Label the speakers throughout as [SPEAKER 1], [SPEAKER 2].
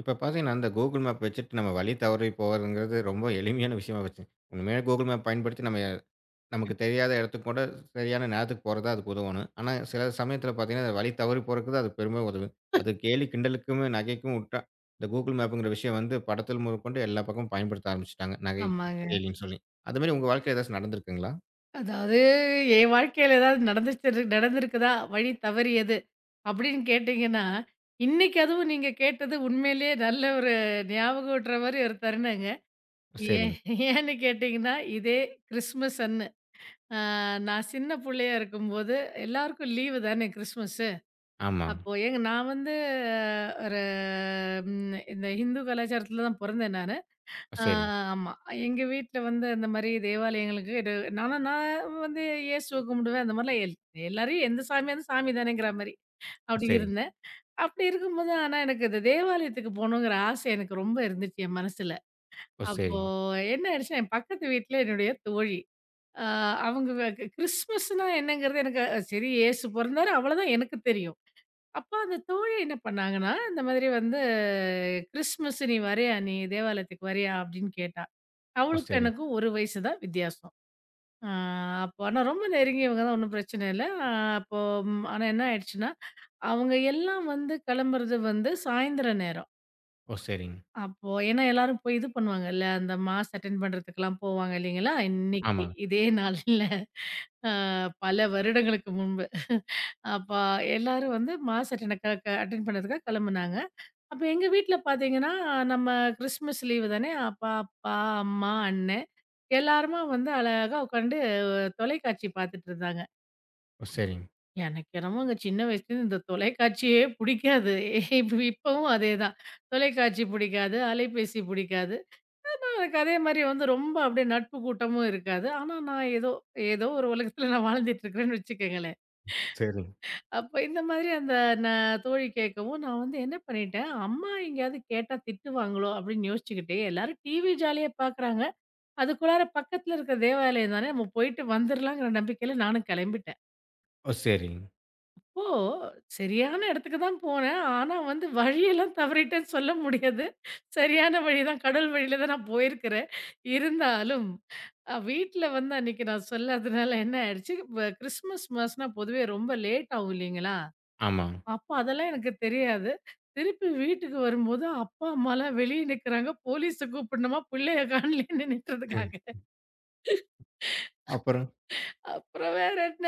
[SPEAKER 1] இப்ப பார்த்தீங்கன்னா, அந்த Google மேப் வச்சுட்டு நம்ம வழி தவறி போறதுங்கிறது ரொம்ப எளிமையான விஷயமா போச்சு. உண்மையிலே Google மேப் பயன்படுத்தி நமக்கு தெரியாத இடத்துக்கு கூட சரியான நேரத்துக்கு போறது தான் அதுக்கு உதவணும். ஆனா, சில சமயத்தில பார்த்தீங்கன்னா, அது வழி தவறி போறதுக்கு தான் அது பெருமையா உதவும். அது கேலி கிண்டலுக்குமே நகைக்கும் உட்டா, இந்த Google மேப்புங்கிற விஷயம் வந்து படத்தில் முதற்கொண்டு எல்லா பக்கமும் பயன்படுத்த ஆரம்பிச்சுட்டாங்க. நகை,
[SPEAKER 2] ஆமாங்க.
[SPEAKER 1] கேலின்னு சொல்லி. அதுமாரி உங்க வாழ்க்கையில ஏதாச்சும் நடந்திருக்குங்களா?
[SPEAKER 2] அதாவது என் வாழ்க்கையில ஏதாவது நடந்துச்சு நடந்திருக்குதா? வழி தவறியது. அப்படின்னு கேட்டீங்கன்னா, இன்னைக்கு அதுவும் நீங்க கேட்டது உண்மையிலேயே நல்ல ஒரு ஞாபகம் ஊட்டுற மாரி ஒரு தருணங்க. ஏன்
[SPEAKER 1] சரிங்க.
[SPEAKER 2] ஏன்னு கேட்டீங்கன்னா, இதே கிறிஸ்மஸ் அன்னு. அ நான் சின்ன புள்ளையா இருக்கும்போது எல்லாருக்கும் லீவு தானே கிறிஸ்மஸ்ஸு.
[SPEAKER 1] ஆமாங்க.
[SPEAKER 2] அப்போ எங்க நான் வந்து ஒரு ம் இந்த ஹிந்து கலாச்சாரத்தில தான் பொறந்தேன் நானு.
[SPEAKER 1] ஓ!
[SPEAKER 2] ஆ,
[SPEAKER 1] சரிங்க.
[SPEAKER 2] ஆமா. எங்க வீட்ல வந்து அந்த மாரி தேவாலயங்களுக்கு இது நான் வந்து இயேசுவ கும்பிடுவேன். அந்த மாரிலாம் எல்லாரையும் எந்த சாமியா இருந்தாலும் சாமி தானேங்கிற மாரி அப்படி இருந்தேன். அப்படி இருக்கும்போது ஆனா எனக்கு இந்த தேவாலயத்துக்கு போகணுங்கிற ஆசை எனக்கு ரொம்ப இருந்துச்சு என் மனசுல.
[SPEAKER 1] ஓ!
[SPEAKER 2] அப்போ
[SPEAKER 1] சரிங்க.
[SPEAKER 2] என்ன ஆயிடுச்சுன்னா, என் பக்கத்து வீட்ல என்னுடைய தோழி. அ அவங்க வ க கிறிஸ்மஸ்னா என்னங்கிறது எனக்கு சரி இயேசு பொறந்தாரு அவ்வளோதான் எனக்கு தெரியும். அப்ப அந்த தோழி என்ன பண்ணாங்கன்னா, இந்த மாதிரி வந்து "கிறிஸ்மஸ் நீ வரியா? நீ தேவாலயத்துக்கு வரியா?" அப்படின்னு கேட்டா.
[SPEAKER 1] ஓ!
[SPEAKER 2] அவளுக்கும்
[SPEAKER 1] சரிங்க.
[SPEAKER 2] எனக்கும் 1 வயசு தான் வித்தியாசம். ஆ அப்போ ஆனா ரொம்ப நெருங்கியவங்க தான் ஒண்ணும் பிரச்சனை இல்ல. ஆ அப்போ ம் ஆனா என்ன ஆயிடுச்சுன்னா, அவங்க எல்லாம் வந்து கிளம்புறது வந்து சாயந்தர நேரம்.
[SPEAKER 1] ஓ! சரிங்க. ஓ! சரிங்க.
[SPEAKER 2] அப்போ ஏன்னா எல்லாரும் போய் இது பண்ணுவாங்கல்ல, அந்த மாஸ் அட்டெண்ட் பண்றதுக்கெல்லாம் போவாங்க இல்லைங்களா? இன்னைக்கு
[SPEAKER 1] ஆமாங்க.
[SPEAKER 2] இதே நாள்ல. அ பல வருடங்களுக்கு முன்பு. அப்ப எல்லாரும் வந்து மாஸ் அட்டெண்ட் க க அட்டெண்ட் பண்ணதுக்காக கெளம்புனாங்க. அப்ப எங்க வீட்ல பாத்தீங்கன்னா, நம்ம கிறிஸ்மஸ் லீவு தானே! அப்ப அப்பா, அம்மா, அண்ணன் எல்லாருமா வந்து அழகா உட்காந்து தொலைக்காட்சி பாத்துட்டு இருந்தாங்க.
[SPEAKER 1] ஓ! சரிங்க.
[SPEAKER 2] எனக்கு என்னமோங்க சின்ன வயசுலேருந்து இந்த தொலைக்காட்சியே புடிக்காது. இப்ப இப்பவும் அதேதான். தொலைக்காட்சி புடிக்காது, அலைபேசி புடிக்காது. எனக்கு அதே மாரி வந்து ரொம்ப அப்படியே நட்பு கூட்டமும் இருக்காது. ஆனா நான் ஏதோ ஏதோ ஒரு உலகத்துல நான் வாழ்ந்துட்டு இருக்கிறேன்னு வச்சுக்கங்களேன்.
[SPEAKER 1] சரிங்க.
[SPEAKER 2] அப்ப இந்த மாதிரி அந்த தோழி கேட்கவும், நான் வந்து என்ன பண்ணிட்டேன், அம்மா எங்கேயாவது கேட்டா திட்டுவாங்களோ அப்படின்னு யோசிச்சுக்கிட்டே, எல்லாரும் டிவி ஜாலியா பார்க்குறாங்க. அதுக்குள்ளார பக்கத்துல இருக்கிற தேவாலயம் தானே, நம்ம போயிட்டு வந்துரலாங்கிற நம்பிக்கையில நானும் கிளம்பிட்டேன்.
[SPEAKER 1] ஓ! சரிங்க.
[SPEAKER 2] அப்போ சரியான இடத்துக்கு தான் போனேன். ஆனா வந்து வழியெல்லாம் தவறிட்டேன்னு சொல்ல முடியாது. சரியான வழி தான், கடல் வழியில தான் நான் போயிருக்கிறேன். இருந்தாலும் வீட்ல வந்து அன்னைக்கு நான் சொல்லாததுனால என்ன ஆயிடுச்சு, கிறிஸ்மஸ் மாசம்னா பொதுவே ரொம்ப லேட் ஆகும் இல்லைங்களா?
[SPEAKER 1] ஆமாங்க.
[SPEAKER 2] அப்ப அதெல்லாம் எனக்கு தெரியாது. திருப்பி வீட்டுக்கு வரும்போது, அப்பா, அம்மாலாம் வெளிய நிக்கிறாங்க. போலீஸ கூப்பிடணுமா, பிள்ளைய காணலேன்னு நின்னுட்டதுக்காக.
[SPEAKER 1] அப்புறம்.
[SPEAKER 2] அப்புறம் வேற என்ன,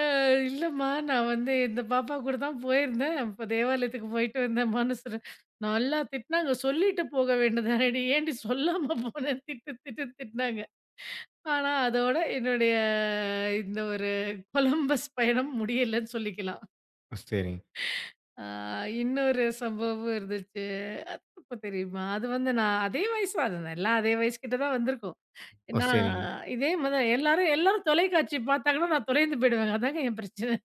[SPEAKER 2] அ இல்லம்மா நான் வந்து இந்த பாப்பா கூட தான் போயிருந்தேன். இப்ப தேவாலயத்துக்கு போயிட்டு வந்தேம்மான்னு சொன்னேன். நல்லா திட்டுனாங்க. சொல்லிட்டு போக வேண்டியதானடி, ஏன்டி சொல்லாம போன? திட்டு திட்டுன்னு திட்டுனாங்க. ஆனா, அதோட என்னுடைய இந்த ஒரு கொலம்பஸ் பயணம் முடியலன்னு சொல்லிக்கலாம்.
[SPEAKER 1] ஓ! சரிங்க.
[SPEAKER 2] ஆ இன்னொரு சம்பவமும் இருந்துச்சு. அது எப்ப தெரியுமா? அது வந்து நான் அதே வயசு தான். அது எல்லாம் அதே வயசு கிட்ட தான் வந்திருக்கும்.
[SPEAKER 1] ஓ!
[SPEAKER 2] நான்
[SPEAKER 1] சரிங்க.
[SPEAKER 2] இதே மாரி தான் எல்லாரும் எல்லாரும் தொலைக்காட்சி பார்த்தாங்கன்னா, நான் தொலைந்து போயிடுவேங்க. அதாங்க என் பிரச்சனை.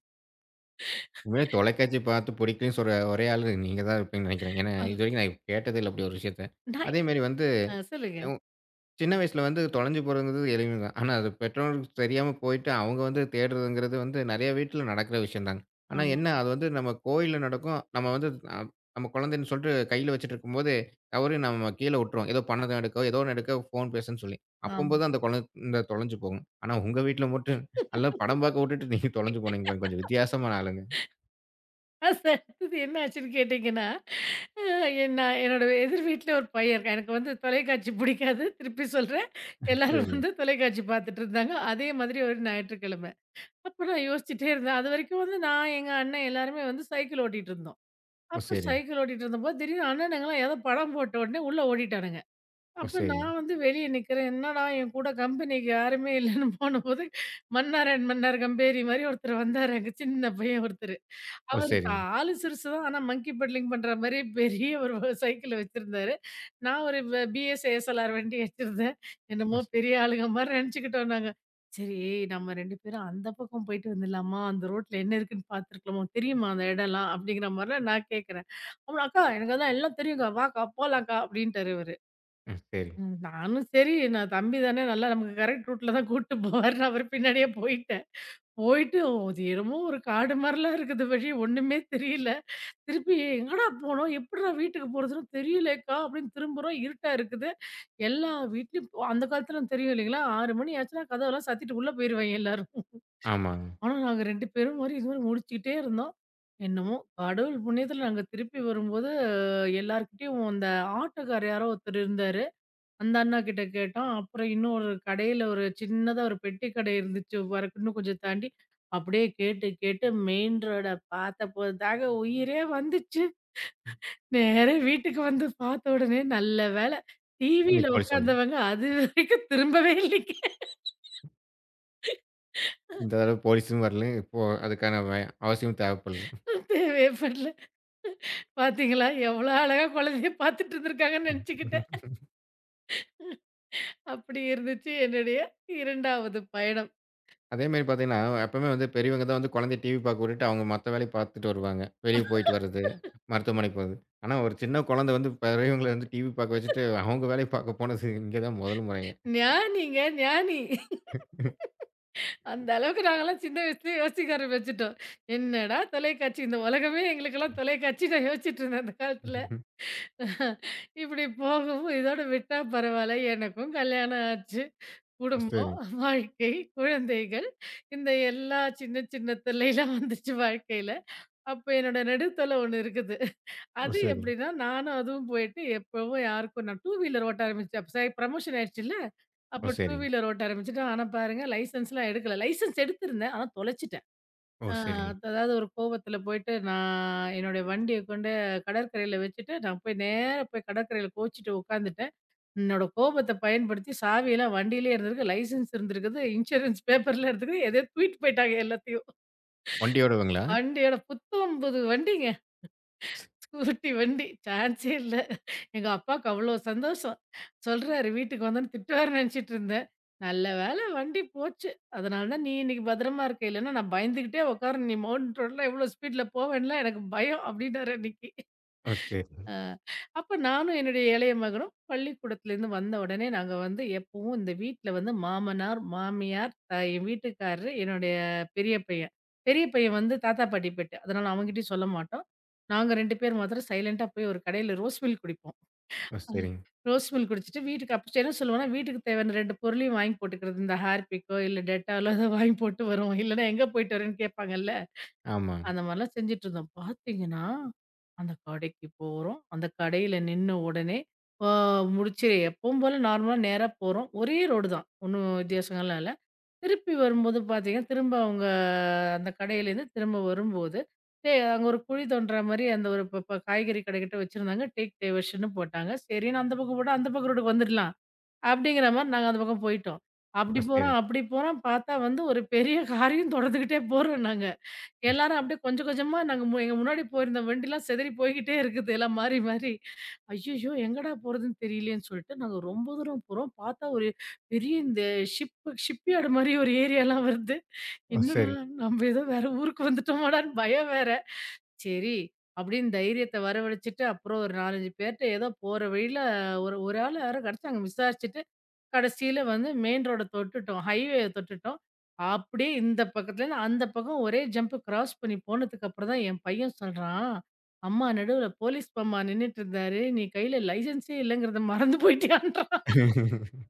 [SPEAKER 1] உண்மையிலே தொலைக்காட்சி பார்த்து பிடிக்கலன்னு சொல்ற ஒரே ஆளு நீங்க தான் இருப்பீங்கன்னு நினைக்கிறேன். ஏன்னா,
[SPEAKER 2] ஆ.
[SPEAKER 1] இதுவரைக்கும் நான் கேட்டதே இல்ல அப்படி ஒரு விஷயத்த.
[SPEAKER 2] நான்
[SPEAKER 1] அதேமாரி வந்து
[SPEAKER 2] ஆ சொல்லுங்க.
[SPEAKER 1] சின்ன வயசுல வந்து தொலைஞ்சு போறதுங்கிறது எளிமை தான். ஆனா, அது பெற்றோர்களுக்கு தெரியாம போயிட்டு, அவங்க வந்து தேடுறதுங்கிறது வந்து நெறைய வீட்ல நடக்கிற விஷயம் தாங்க. ஆனா
[SPEAKER 2] ஆமா,
[SPEAKER 1] என்ன, அது வந்து நம்ம கோயில்ல நடக்கும். நம்ம வந்து அ நம்ம குழந்தைன்னு சொல்லிட்டு கையில வச்சுட்டு இருக்கும்போது, தவறி நம்ம கீழ விட்டுருவோம். ஏதோ பணத்த எடுக்கோ, ஏதோ ஒண்ணு எடுக்க ஃபோன் பேசுன்னு சொல்லி.
[SPEAKER 2] ஆமா.
[SPEAKER 1] அப்பம்போது அந்த குழந்த தொலைஞ்சு போகும். ஆனா உங்க வீட்ல மட்டும் நல்லா படம் பார்க்க விட்டுட்டு நீங்க தொலைஞ்சு போனீங்க பாருங்க. கொஞ்சம் வித்தியாசமான ஆளுங்க.
[SPEAKER 2] அது அடுத்தது என்ன ஆச்சுன்னு கேட்டீங்கன்னா, அ என்ன என்னோட எதிர் வீட்ல ஒரு பையன் இருக்கான். எனக்கு வந்து தொலைக்காட்சி பிடிக்காது. திருப்பி சொல்றேன். எல்லாரும்
[SPEAKER 1] சரிங்க.
[SPEAKER 2] வந்து தொலைக்காட்சி பார்த்துட்டு இருந்தாங்க. அதே மாதிரி ஒரு ஞாயிற்றுக்கிழமை. அப்ப நான் யோசிச்சுட்டே இருந்தேன். அதுவரைக்கும் வந்து நான், எங்க அண்ணன் எல்லாருமே வந்து சைக்கிள் ஓட்டிட்டு இருந்தோம்.
[SPEAKER 1] ஓ!
[SPEAKER 2] அப்போ
[SPEAKER 1] சரிங்க.
[SPEAKER 2] சைக்கிள் ஓட்டிட்டு இருந்தபோது, திடீர்னு அண்ணனுங்கலாம் ஏதோ படம் போட்ட உடனே உள்ள ஓடிட்டானுங்க.
[SPEAKER 1] ஓ!
[SPEAKER 2] அப்ப
[SPEAKER 1] சரிங்க.
[SPEAKER 2] நான் வந்து வெளிய நிக்கிறேன். என்னடா என் கூட கம்பெனிக்கு யாருமே இல்லன்னு போனபோது, மன்னார் கம்பேரி மாரி ஒருத்தர் வந்தாரு அங்க சின்ன பையன் ஒருத்தரு.
[SPEAKER 1] ஓ!
[SPEAKER 2] அவரு
[SPEAKER 1] சரிங்க.
[SPEAKER 2] ஆளு சிறுசு தான். ஆனா மங்கி பெடலிங் பண்ற மாரி பெரிய ஒரு சைக்கிள் வச்சிருந்தாரு. நான் ஒரு பிஎஸ் ஏஎஸ்எல்ஆர் வண்டி வச்சிருந்தேன்.
[SPEAKER 1] ஓ!
[SPEAKER 2] என்னமோ
[SPEAKER 1] ஸ்.
[SPEAKER 2] பெரிய ஆளுங்க மாரி நெனச்சுக்கிட்டோம் நாங்க. சரி நம்ம 2 பேரும் அந்த பக்கம் போயிட்டு வந்துடலாமா? அந்த ரோட்ல என்ன இருக்குன்னு பார்த்துருக்கலாமா? தெரியுமா அந்த இடம்லாம்? அப்படிங்கிற மாரிலாம் நான் கேட்கிறேன். அப்புறம் அக்கா எனக்கு அதான் எல்லாம் தெரியும்க்கா. வாக்கா போலாம்க்கா அப்படின்ட்டாரு இவரு.
[SPEAKER 1] ம். சரிங்க.
[SPEAKER 2] ம். நானும் சரி, நான் தம்பி தானே நல்லா நமக்கு கரெக்ட் ரூட்ல தான் கூட்டு போவாருன்னு அவர் பின்னாடியே போயிட்டேன். போயிட்டு அது என்னமோ ஒரு காடு மாரிலாம் இருக்குது வழி ஒண்ணுமே தெரியல. திருப்பி எங்கடா போனோம்? எப்புட்றா வீட்டுக்கு போறதுன்னு தெரியலக்கா அப்படின்னு திரும்புறோம். இருட்டா இருக்குது. எல்லா வீட்லயும் போ அந்த காலத்துல தெரியும் இல்லைங்களா? 6 மணி ஆச்சுன்னா கதவெல்லாம் சாத்திட்டு உள்ள போயிருவாய்ங்க எல்லாரும்.
[SPEAKER 1] ஆமாங்க.
[SPEAKER 2] ஆனா நாங்க 2 பேரும் மாரி இது மாரி முழிச்சுக்கிட்டே இருந்தோம். என்னமோ கடவுள் புண்ணியத்துல நாங்க திருப்பி வரும்போது எல்லார்கிட்டயும் அந்த ஆட்டோக்காரர் யாரோ ஒருத்தர் இருந்தாரு. அந்த அண்ணா கிட்ட கேட்டோம். அப்புறம் இன்னும் ஒரு கடையில ஒரு சின்னதா ஒரு பெட்டி கடை இருந்துச்சு. வர இன்னும் கொஞ்சம் தாண்டி. அப்படியே கேட்டு கேட்டு மெயின் ரோட பார்த்தபோது தாங்க உயிரே வந்துச்சு. நேரா வீட்டுக்கு வந்து பார்த்த உடனே நல்ல வேளை டிவியில
[SPEAKER 1] நீங்க
[SPEAKER 2] உட்கார்ந்தவங்க அதுவரைக்கும் திரும்பவே இல்லைங்க.
[SPEAKER 1] இந்த தடவ போலீஸும் வரல. இப்போ அதுக்கான அவசியம் தேவைப்படல.
[SPEAKER 2] தேவையே படல. பார்த்தீங்களா? எவ்வளோ அழகா குழந்தைய பார்த்துட்டு இருந்திருக்காங்கன்னு நெனச்சுக்கிட்டேன். அப்படி இருந்துச்சு என்னுடைய 2வது பயணம்.
[SPEAKER 1] அதேமாரி பார்த்தீங்கன்னா, எப்பவுமே வந்து பெரியவங்க தான் வந்து குழந்தைய டிவி பார்க்க விட்டுட்டு அவங்க மத்த வேலைய பார்த்துட்டு வருவாங்க. வெளிய போயிட்டு வர்றது, மருத்துவமனைக்கு போறது. ஆனா ஒரு சின்ன குழந்தை வந்து பெரியவங்கள வந்து டிவி பார்க்க வச்சுட்டு அவங்க வேலைய பார்க்க போனது இங்க தான் முதல் முறைங்க.
[SPEAKER 2] ஞானிங்க ஞானி. அந்த அளவுக்கு நாங்கலாம் சின்ன வயசுலயே யோசிக்க ஆரம்பிச்சுட்டோம். என்னடா தொலைக்காட்சி இந்த உலகமே எங்களுக்கெல்லாம் தொலைக்காட்சி நான் யோசிச்சுட்டு இருந்தேன் அந்த காலத்துல. இப்படி போகவும் இதோட விட்டா பரவால்ல. எனக்கும் கல்யாணம் ஆச்சு.
[SPEAKER 1] ஓ,
[SPEAKER 2] குடும்பம்,
[SPEAKER 1] சரி.
[SPEAKER 2] வாழ்க்கை, குழந்தைகள் இந்த எல்லா சின்ன சின்ன தொல்லைலாம் வந்துச்சு வாழ்க்கையில. அப்ப என்னோட நெடுத்தொல்ல ஒண்ணு இருக்குது.
[SPEAKER 1] ஓ
[SPEAKER 2] அது
[SPEAKER 1] சரி.
[SPEAKER 2] எப்படின்னா, நானும் அதுவும் போயிட்டு எப்பவும் யாருக்கும் நான் டூ வீலர் ஓட்ட ஆரம்பிச்சேன். அப்ப ப்ரமோஷன் ஆயிடுச்சுல்ல. அப்ப
[SPEAKER 1] ஓ
[SPEAKER 2] டூ
[SPEAKER 1] சரிங்க.
[SPEAKER 2] வீலர் ஓட்ட ஆரம்பிச்சுட்டேன். ஆனா பாருங்க லைசென்ஸ்லாம் எடுக்கல. லைசென்ஸ் எடுத்திருந்தேன். ஆனா தொலைச்சுட்டேன்.
[SPEAKER 1] ஓ
[SPEAKER 2] ஆ
[SPEAKER 1] சரிங்க.
[SPEAKER 2] அதாவது ஒரு கோவத்துல போயிட்டு நான் என்னுடைய வண்டிய கொண்டு கடற்கரையில வச்சுட்டு, நான் போய் நேரா போய் கடற்கரையில கோச்சிட்டு உட்காந்துட்டேன். என்னோட கோபத்த பயன்படுத்தி சாவியெல்லாம் வண்டியிலே இருந்திருக்கு. லைசென்ஸ் இருந்திருக்குது. இன்சூரன்ஸ் பேப்பர்லாம் இருந்திருக்கு. எதையோ தூக்கிட்டு போயிட்டாங்க எல்லாத்தையும்.
[SPEAKER 1] ஒண்டியோடவங்களா?
[SPEAKER 2] வண்டியோட புத்தம் புது வண்டிங்க. ஸ்கூட்டி வண்டி சான்ஸே இல்ல. எங்க அப்பாவுக்கு அவ்ளோ சந்தோஷம். சொல்றாரு வீட்டுக்கு வந்தோனே திட்டுவாருன்னு நெனச்சுட்டு இருந்தேன். நல்ல வேள வண்டி போச்சு. அதனால தான் நீ இன்னைக்கு பத்திரமா இருக்க. இல்லன்னா நான் பயந்துகிட்டே உட்கார்ந்து நீ மவுண்ட் ரோட்ல எவ்ளோ ஸ்பீட்ல போவேன்ல எனக்கு பயம் அப்டின்னாரு அன்னைக்கு.
[SPEAKER 1] ஓ சரி.
[SPEAKER 2] அ அப்ப நானும் என்னுடைய இளைய மகனும் பள்ளிக்கூடத்துலேருந்து வந்த உடனே நாங்க வந்து எப்பவும் இந்த வீட்ல வந்து மாமனார், மாமியார், என் வீட்டுக்காரரு, என்னுடைய பெரிய பையன். பெரிய பையன் வந்து தாத்தா, பாட்டி பெட்டு. அதனால அவன்கிட்டயும் சொல்ல மாட்டோம். நாங்க 2 பேர் மாத்திரம் சைலன்ட்டா போய் ஒரு கடையில ரோஸ் மில்க் குடிப்போம்.
[SPEAKER 1] ஓ
[SPEAKER 2] ஆ.
[SPEAKER 1] சரிங்க.
[SPEAKER 2] ரோஸ் மில்க் குடிச்சிட்டு வீட்டுக்கு அப்ப என்ன சொல்லுவோம்னா, வீட்டுக்கு தேவையான 2 பொருளையும் வாங்கி போட்டுக்கிறது. இந்த Harpic கோ, இல்ல Dettol லோ ஏதோ வாங்கி போட்டு வருவோம். இல்லன்னா எங்க போயிட்டு வரேன்னு கேட்பாங்கல்ல.
[SPEAKER 1] ஆமா.
[SPEAKER 2] அந்த மாரிலாம் செஞ்சுட்டுருந்தோம். பார்த்தீங்கன்னா, அந்த கடைக்கு போறோம். அந்த கடையில நின்ன உடனே ஆ முடிச்சு எப்பவும் போல நார்மலா நேரா போறோம். ஒரே ரோடு தான். ஒண்ணும் வித்தியாசங்கள்லாம் இல்ல. திருப்பி வரும்போது பார்த்தீங்கன்னா, திரும்ப அவங்க அந்த கடையிலேருந்து திரும்ப வரும்போது, அங்க ஒரு குழி தோண்டுற மாரி அந்த ஒரு ப ப காய்கறி கடைக்கிட்ட வச்சிருந்தாங்க. டேக் டைவர்ஷன்னு போட்டாங்க. சரின்னு அந்த பக்கம் போட்டா, அந்த பக்கம் ரோட்டுக்கு வந்துடலாம். அப்படிங்கிற மாரி நாங்க அந்த பக்கம் போயிட்டோம். அப்படி
[SPEAKER 1] ஓ சரி.
[SPEAKER 2] போறோம், அப்படி போறோம். பார்த்தா வந்து ஒரு பெரிய காரையும் தொடர்ந்துகிட்டே போறோம் நாங்க. எல்லாரும் அப்படியே கொஞ்சம் கொஞ்சமா நாங்க எங்க முன்னாடி போயிருந்த வண்டிலாம் செதறி போய்க்கிட்டே இருக்குது எல்லாம் மாறி மாறி. ஐய்யய்யோ! எங்கடா போறதுன்னு தெரியலையேன்னு சொல்லிட்டு நாங்க ரொம்ப தூரம் போறோம். பார்த்தா ஒரு பெரிய இந்த ஷிப்யார்டு மாரி ஒரு ஏரியாலாம் வருது.
[SPEAKER 1] ஓ
[SPEAKER 2] என்னடா
[SPEAKER 1] சரி.
[SPEAKER 2] நம்ம ஏதோ வேற ஊருக்கு வந்துட்டோமாடான்னு பயம் வேற. சரி அப்படின்னு தைரியத்த வரவழைச்சுட்டு அப்புறம் ஒரு 4, 5 பேர்ட்ட ஏதோ போற வழியில ஒரு ஒரு ஆள் யாரோ கிடைச்சாங்க விசாரிச்சுட்டு கடைசியில வந்து மெயின் ரோட தொட்டுட்டோம். ஹைவே தொட்டுட்டோம். அப்படியே இந்த பக்கத்துலருந்து அந்த பக்கம் ஒரே ஜம்ப் கிராஸ் பண்ணி போனதுக்கு அப்புறம் தான் என் பையன் சொல்றான், "அம்மா நடுவுல போலீஸ் மாமா நின்னுட்டு இருந்தாரு. நீ கையில லைசென்ஸே இல்லங்கிறத மறந்து போயிட்டியான்றான்."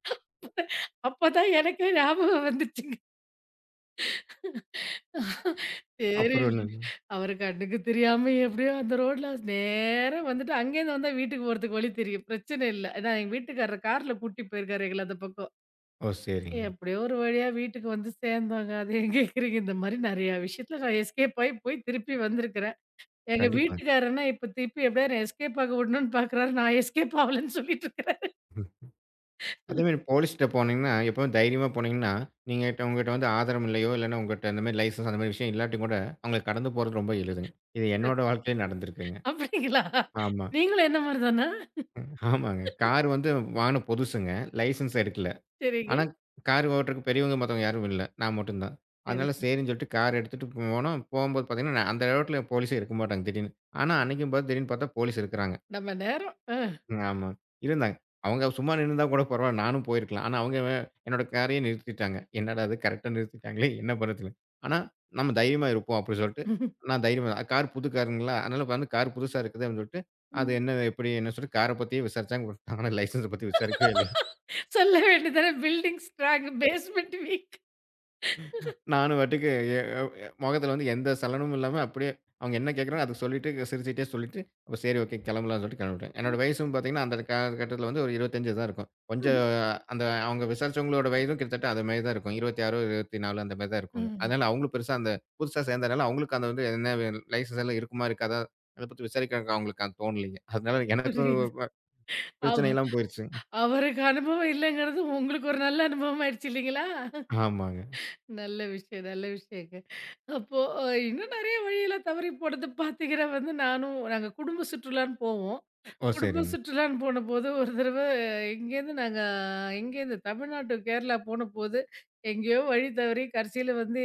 [SPEAKER 2] அப்பதான் எனக்கே ஞாபகம் வந்துச்சுங்க. சரி
[SPEAKER 1] அப்புறம் என்னங்க?
[SPEAKER 2] அவரு கண்ணுக்கு தெரியாம எப்படியோ அந்த ரோட்ல நேரா வந்துட்டு அங்கேருந்து வந்தா வீட்டுக்கு போறதுக்கு வழி தெரியும். பிரச்சனை இல்ல. ஏன்னா எங்க வீட்டுக்காரர் கார்ல கூட்டி போயிருக்காரு எங்கள அந்த பக்கம்.
[SPEAKER 1] ஓ சரிங்க.
[SPEAKER 2] எப்படியோ ஒரு வழியா வீட்டுக்கு வந்து சேர்ந்தோங்க. அது ஏன் கேட்கிறீங்க? இந்த மாரி நெறைய விஷயத்துல நான் எஸ்கேப் ஆயி போய் திருப்பி வந்திருக்கிறேன். எங்க
[SPEAKER 1] கண்டிப்பா.
[SPEAKER 2] வீட்டுக்காரர்னா இப்ப திருப்பி எப்படியா என்ன எஸ்கேப் ஆக விடணும்னு பார்க்குறாரு. நான் எஸ்கேப் ஆவலன்னு சொல்லிட்டு இருக்கிறேன்.
[SPEAKER 1] அதேமாரி போலீஸ்ட்ட போனீங்கன்னா, எப்பவும் தைரியமா போனீங்கன்னா, உங்கட்ட வந்து ஆதாரம் இல்லையோ, இல்லன்னா உங்கட்ட அந்த மாரி லைசென்ஸ் அந்த மாரி விஷயம் இல்லாட்டியும் கூட, அவங்கள கடந்து போறது ரொம்ப எளிதுங்க. இது என்னோட வாழ்க்கையில நடந்திருக்குங்க.
[SPEAKER 2] அப்படிங்களா?
[SPEAKER 1] ஆமா.
[SPEAKER 2] நீங்களும் என்ன மாரி தானா?
[SPEAKER 1] ஆமாங்க. கார் வந்து வாகனம் புதுசுங்க. லைசென்ஸ் எடுக்கல.
[SPEAKER 2] சரிங்க,
[SPEAKER 1] ஆனா, கார் ஓட்டுறக்கு பெரியவங்க மத்தவங்க யாரும் இல்ல. நான் மட்டும் தான்.
[SPEAKER 2] சரி.
[SPEAKER 1] அதனால சரின்னு சொல்லிட்டு கார் எடுத்துட்டு போனோம். போம்போது பார்த்தீங்கன்னா, நான் அந்த ரோட்ல போலீஸே இருக்க மாட்டாங்க திடீர்னு. ஆனா, அன்னைக்கும் பாத்து திடீர்னு பாத்தா போலீஸ் இருக்குறாங்க.
[SPEAKER 2] நம்ம நேரம். அ.
[SPEAKER 1] ஆமா. இருந்தாங்க. அவங்க சும்மா நின்னுருந்தா கூட பரவால்ல. நானும் போயிருக்கலாம். ஆனா அவங்க என்னோட காரையே நிறுத்திட்டாங்க. என்னடா இது கரெக்ட்டா நிறுத்திட்டாங்களே! என்ன பண்றதுன்னு. ஆனா நம்ம தைரியமா இருப்போம் அப்படி சொல்லிட்டு, நான் தைரியமா கார் புது காருங்களா! அதனால வந்து கார் புதுசா இருக்குது அப்படின்னு சொல்லிட்டு, அது என்ன எப்படி என்ன சொல்லிட்டு கார பத்தியே விசாரிச்சாங்க. ஆனா லைசென்ஸ பத்தி விசாரிக்கவே இல்லைங்க.
[SPEAKER 2] சொல்ல வேண்டியதுதானே பில்டிங் ஸ்ட்ராங், பேஸ்மெண்ட் வீக்.
[SPEAKER 1] நானும் பாட்டுக்கு எ அ எ முகத்துல வந்து எந்த சலனமும் இல்லாம அப்படியே அவங்க என்ன கேட்குறாங்களோ அதுக்கு சொல்லிட்டு சிரிச்சுட்டே சொல்லிட்டு, அப்ப சரி ஓகே கிளம்பலாம்னு சொல்லிட்டு கிளம்பிட்டேன். என்னோட வயசும் பார்த்தீங்கன்னா, அந்த காலகட்டத்தில வந்து ஒரு 25 தான் இருக்கும். கொஞ்சம் அந்த அவங்க விசாரிச்சவங்களோட வயதும் கிட்டத்தட்ட அது மாரி தான் இருக்கும். 26, 24 அந்த மாரி தான் இருக்குங்க.
[SPEAKER 2] ம்.
[SPEAKER 1] அதனால அவங்களும் பெருசா அந்த புதுசா சேர்ந்தனால அவங்களுக்கு அந்த வந்து என்ன லைசென்ஸ் எல்லாம் இருக்குமா? இருக்காதா? அத பத்தி விசாரிக்கிறதுக்கு அவங்களுக்கு அது தோணலைங்க. அதனால எனக்கும்
[SPEAKER 2] புரியுது. அவ
[SPEAKER 1] பிரச்சனை இல்லாம போயிருச்சுங்க.
[SPEAKER 2] அவருக்கு அனுபவம் இல்லங்கிறது உங்களுக்கு ஒரு நல்ல அனுபவம் ஆயிடுச்சு இல்லீங்களா?
[SPEAKER 1] ஆமாங்க.
[SPEAKER 2] நல்ல விஷயம், நல்ல விஷயங்க. அப்போ இன்னும் நெறைய வழியில தவறி போனது பார்த்தீங்கன்னா வந்து, நானும் நாங்க குடும்ப சுற்றுலான்னு போவோம்.
[SPEAKER 1] ஓ!
[SPEAKER 2] குடும்ப
[SPEAKER 1] சரிங்க.
[SPEAKER 2] சுற்றுலான்னு போனபோது, ஒரு தடவ இங்கேருந்து நாங்க எங்கேருந்து தமிழ்நாட்டு கேரளா போனபோது, எங்கேயோ வழி தவறி கடைசியில வந்து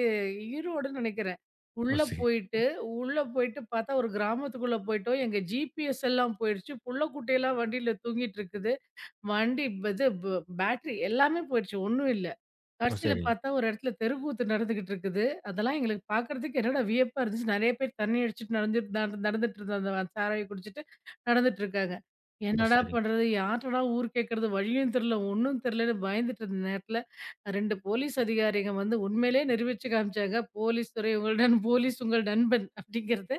[SPEAKER 2] ஈரோடுன்னு நெனைக்கிறேன்.
[SPEAKER 1] ஓ!
[SPEAKER 2] உள்ள
[SPEAKER 1] சரி.
[SPEAKER 2] போயிட்டு உள்ள போயிட்டு பார்த்தா ஒரு கிராமத்துக்குள்ள போயிட்டோம். எங்க ஜிபிஎஸ் எல்லாம் போயிடுச்சு. புள்ள குட்டியெல்லாம் வண்டியில தூங்கிட்டு இருக்குது. வண்டி இது ப பேட்டரி எல்லாமே போயிடுச்சு. ஒண்ணும் இல்ல.
[SPEAKER 1] ஓ!
[SPEAKER 2] கடைசியில
[SPEAKER 1] சரிங்க.
[SPEAKER 2] பார்த்தா ஒரு இடத்துல தெருக்கூத்து நடந்துகிட்டு இருக்குது. அதெல்லாம் எங்களுக்கு பார்க்கறதுக்கு என்னடா வியப்பா இருந்துச்சு. நெறைய பேர் தண்ணி அடிச்சுட்டு நடந்துட்டு நடந்து நடந்துட்டு இருந்த அந்த சாராய குடிச்சிட்டு நடந்துட்டு இருக்காங்க.
[SPEAKER 1] ஓ!
[SPEAKER 2] என்னடா
[SPEAKER 1] சரிங்க.
[SPEAKER 2] பண்றது? யார்ட்டடா ஊர் கேட்கறது? வழியும் தெரியல, ஒண்ணும் தெரியலன்னு பயந்துட்டு இருந்த நேரத்துல, 2 போலீஸ் அதிகாரிங்க வந்து உண்மையிலேயே நிரூபிச்சு காமிச்சாங்க. போலீஸ் துறை உங்கள் போலீஸ் உங்கள் நண்பன் அப்படிங்கிறத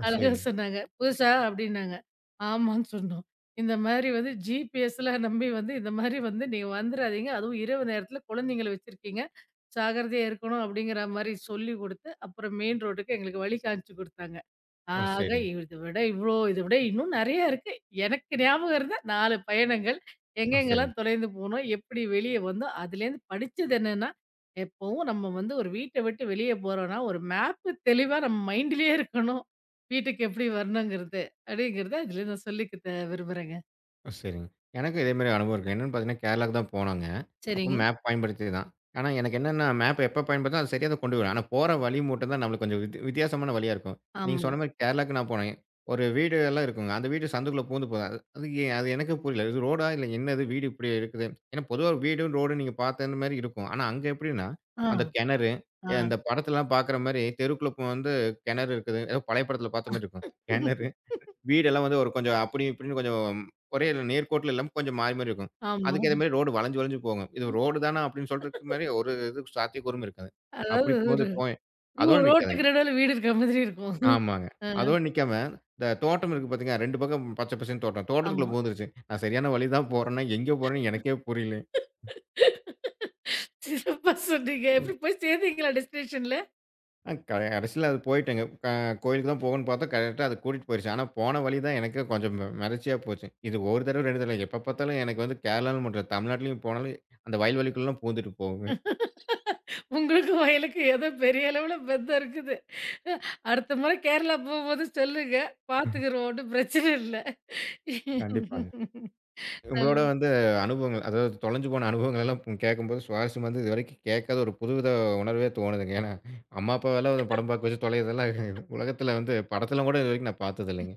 [SPEAKER 1] ஓ!
[SPEAKER 2] அழகா
[SPEAKER 1] சரிங்க.
[SPEAKER 2] சொன்னாங்க. "புதுசா?" அப்படின்னாங்க. ஆமான்னு சொன்னோம். இந்த மாரி வந்து ஜிபிஎஸ்லாம் நம்பி வந்து, இந்த மாரி வந்து நீங்க வந்துராதீங்க. அதுவும் இரவு நேரத்தில குழந்தைங்கள வச்சிருக்கீங்க. ஜாக்கிரதையா இருக்கணும் அப்படிங்கிற மாரி சொல்லிக் குடுத்து, அப்புறம் மெயின் ரோட்டுக்கு எங்களுக்கு வழி காமிச்சு குடுத்தாங்க.
[SPEAKER 1] ஓ!
[SPEAKER 2] ஆக
[SPEAKER 1] சரிங்க. ஓ! சரிங்க.
[SPEAKER 2] இத விட இன்னும் நெறையா இருக்கு. எனக்கு ஞாபகம் இருந்த 4 பயணங்கள்.
[SPEAKER 1] ஓ! சரிங்க.
[SPEAKER 2] எங்கெங்கெல்லாம் தொலைந்து போனோம், எப்படி வெளிய வந்தோம். அதுலேருந்து படிச்சது என்னன்னா, எப்பவும் நம்ம வந்து ஒரு வீட்ட விட்டு வெளிய போறோம்னா, ஒரு மேப்பு தெளிவா நம்ம மைண்ட்லயே இருக்கணும். வீட்டுக்கு எப்படி வரணுங்கிறது, அப்படிங்கிறத இதுல நான் சொல்லிக்க விரும்புறேங்க.
[SPEAKER 1] ஓ! சரிங்க. எனக்கும் இதே மாரி அனுபவம் இருக்கு. என்னன்னு பார்த்தீங்கன்னா, கேரளாக்கு தான் போனோங்க. அப்போ
[SPEAKER 2] சரிங்க.
[SPEAKER 1] மேப் பயன்படுத்தி தான். ஆனா, எனக்கு என்னன்னா மேப் எப்ப பயன்படுத்துனா, அது சரியா தான் கொண்டு போயிடும். ஆனா, போற வழி மட்டும் தான் நம்மளுக்கு கொஞ்சம் வித்தியாசமான வழியா இருக்கும். நீங்க
[SPEAKER 2] ஆமா.
[SPEAKER 1] சொன்ன மாரி கேரளாக்கு நான் போனேன். ஒரு வீடு எல்லாம் இருக்குங்க. அந்த வீடு சந்துக்குள்ள பூந்து போகும். அது அது எ அது எனக்கு புரியல. இது ரோடா? இல்ல என்னது வீடு இப்படி இருக்குது? ஏன்னா, பொதுவா வீடும், ரோடும் நீங்க பார்த்த மாரி இருக்கும். ஆனா, அங்க எப்படின்னா,
[SPEAKER 2] ஆ,
[SPEAKER 1] அந்த கிணறு,
[SPEAKER 2] ஆ.
[SPEAKER 1] இந்த படத்துலலாம் பார்க்குற மாரி தெருக்குள்ள வந்து கிணறு இருக்குது. ஏதோ பழைய படத்துல பார்த்த மாரி இருக்கும். கிணறு வீடெல்லாம் வந்து ஒரு கொஞ்சம் அப்படி இப்படின்னு கொஞ்சம் ஒரே நேர்கோட்டுல இல்லாம கொஞ்சம் மாறி மாறி இருக்கும்.
[SPEAKER 2] ஆமா.
[SPEAKER 1] அதுக்கு ஏத்த மாரி ரோடு வளைஞ்சு வளைஞ்சு போகும். இது ரோடு தானா அப்படின்னு சொல்றதுக்கு மாரி ஒரு இது சாத்தியக்கூறும் இருக்காது.
[SPEAKER 2] அதாவது
[SPEAKER 1] அப்படி
[SPEAKER 2] ஒரு
[SPEAKER 1] போது போய் அதோட நிக்காதுங்க.
[SPEAKER 2] ரோட்டுக்கு நடுவுல வீடு இருக்க மாதிரி இருக்கும்.
[SPEAKER 1] ஆமாங்க.
[SPEAKER 2] ஆ,
[SPEAKER 1] அதோட நிக்காம, இந்த தோட்டம் இருக்கு பார்த்தீங்களா, 2 பக்கம் பச்சை பசேல்னு தோட்டம். தோட்டத்துக்குள்ள
[SPEAKER 2] ஆமா.
[SPEAKER 1] பூந்துருச்சு. நான் சரியான வழி தான் போறேன்னா, எங்க போறேன்னு எனக்கே புரியல.
[SPEAKER 2] சிறப்பா சொன்னீங்க. எப்படி போய் சேர்ந்தீங்களா டெஸ்டினேஷன்ல?
[SPEAKER 1] அ க கடைசில அது போயிட்டேங்க. க கோயிலுக்கு தான் போகணும்னு பார்த்தோம். கரெக்ட்டா அது கூட்டிட்டு போயிருச்சு. ஆனா, போன வழி தான் எனக்கே கொஞ்சம் மெரர்ச்சியா போச்சு. இது ஒரு தடவ, 2 தடவ இல்ல. எப்ப பார்த்தாலும் எனக்கு வந்து கேரளான்னு மட்டும் இல்ல, தமிழ்நாட்டிலயும் போனாலும் அந்த வயல் வெளிக்குள்ளலாம் பூந்துட்டு போகுங்க.
[SPEAKER 2] உங்களுக்கும் வயலுக்கும் ஏதோ பெரிய அளவுல பந்தம் இருக்குது. அடுத்த முறை கேரளா போம்போது சொல்லுங்க. பார்த்துக்குருவோம். ஒண்ணும் பிரச்சனை இல்ல.
[SPEAKER 1] கண்டிப்பாங்க. உங்களோட
[SPEAKER 2] நல்ல.
[SPEAKER 1] வந்து அனுபவங்கள், அதாவது தொலைஞ்சு போன அனுபவங்கள் எல்லாம் உங்க கேட்கும்போது சுவாரஸ்யமா வந்து இதுவரைக்கும் கேட்காத ஒரு புதுவித உணர்வே தோணுதுங்க. ஏன்னா, அம்மா, அப்பாவெல்லாம் படம் பார்க்க வச்சு தொலையதெல்லாம் உலகத்தில வந்து படத்தில கூட இதுவரைக்கும் நான் பார்த்தது இல்லைங்க.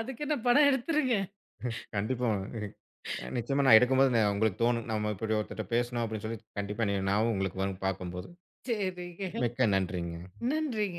[SPEAKER 2] அதுக்கு என்ன பணம் எடுத்துருங்க.
[SPEAKER 1] கண்டிப்பா. நிச்சயமா நான் எடுக்கும்போது உங்களுக்கு தோணும். நம்ம இப்படி ஒருத்தர்ட்ட பேசணும் அப்படின்னு சொல்லி கண்டிப்பா நினைவு ஞாபகம் உங்களுக்கு வரும் பார்க்கும்போது.
[SPEAKER 2] சரிங்க.
[SPEAKER 1] மிக்க நன்றிங்க.
[SPEAKER 2] நன்றிங்க.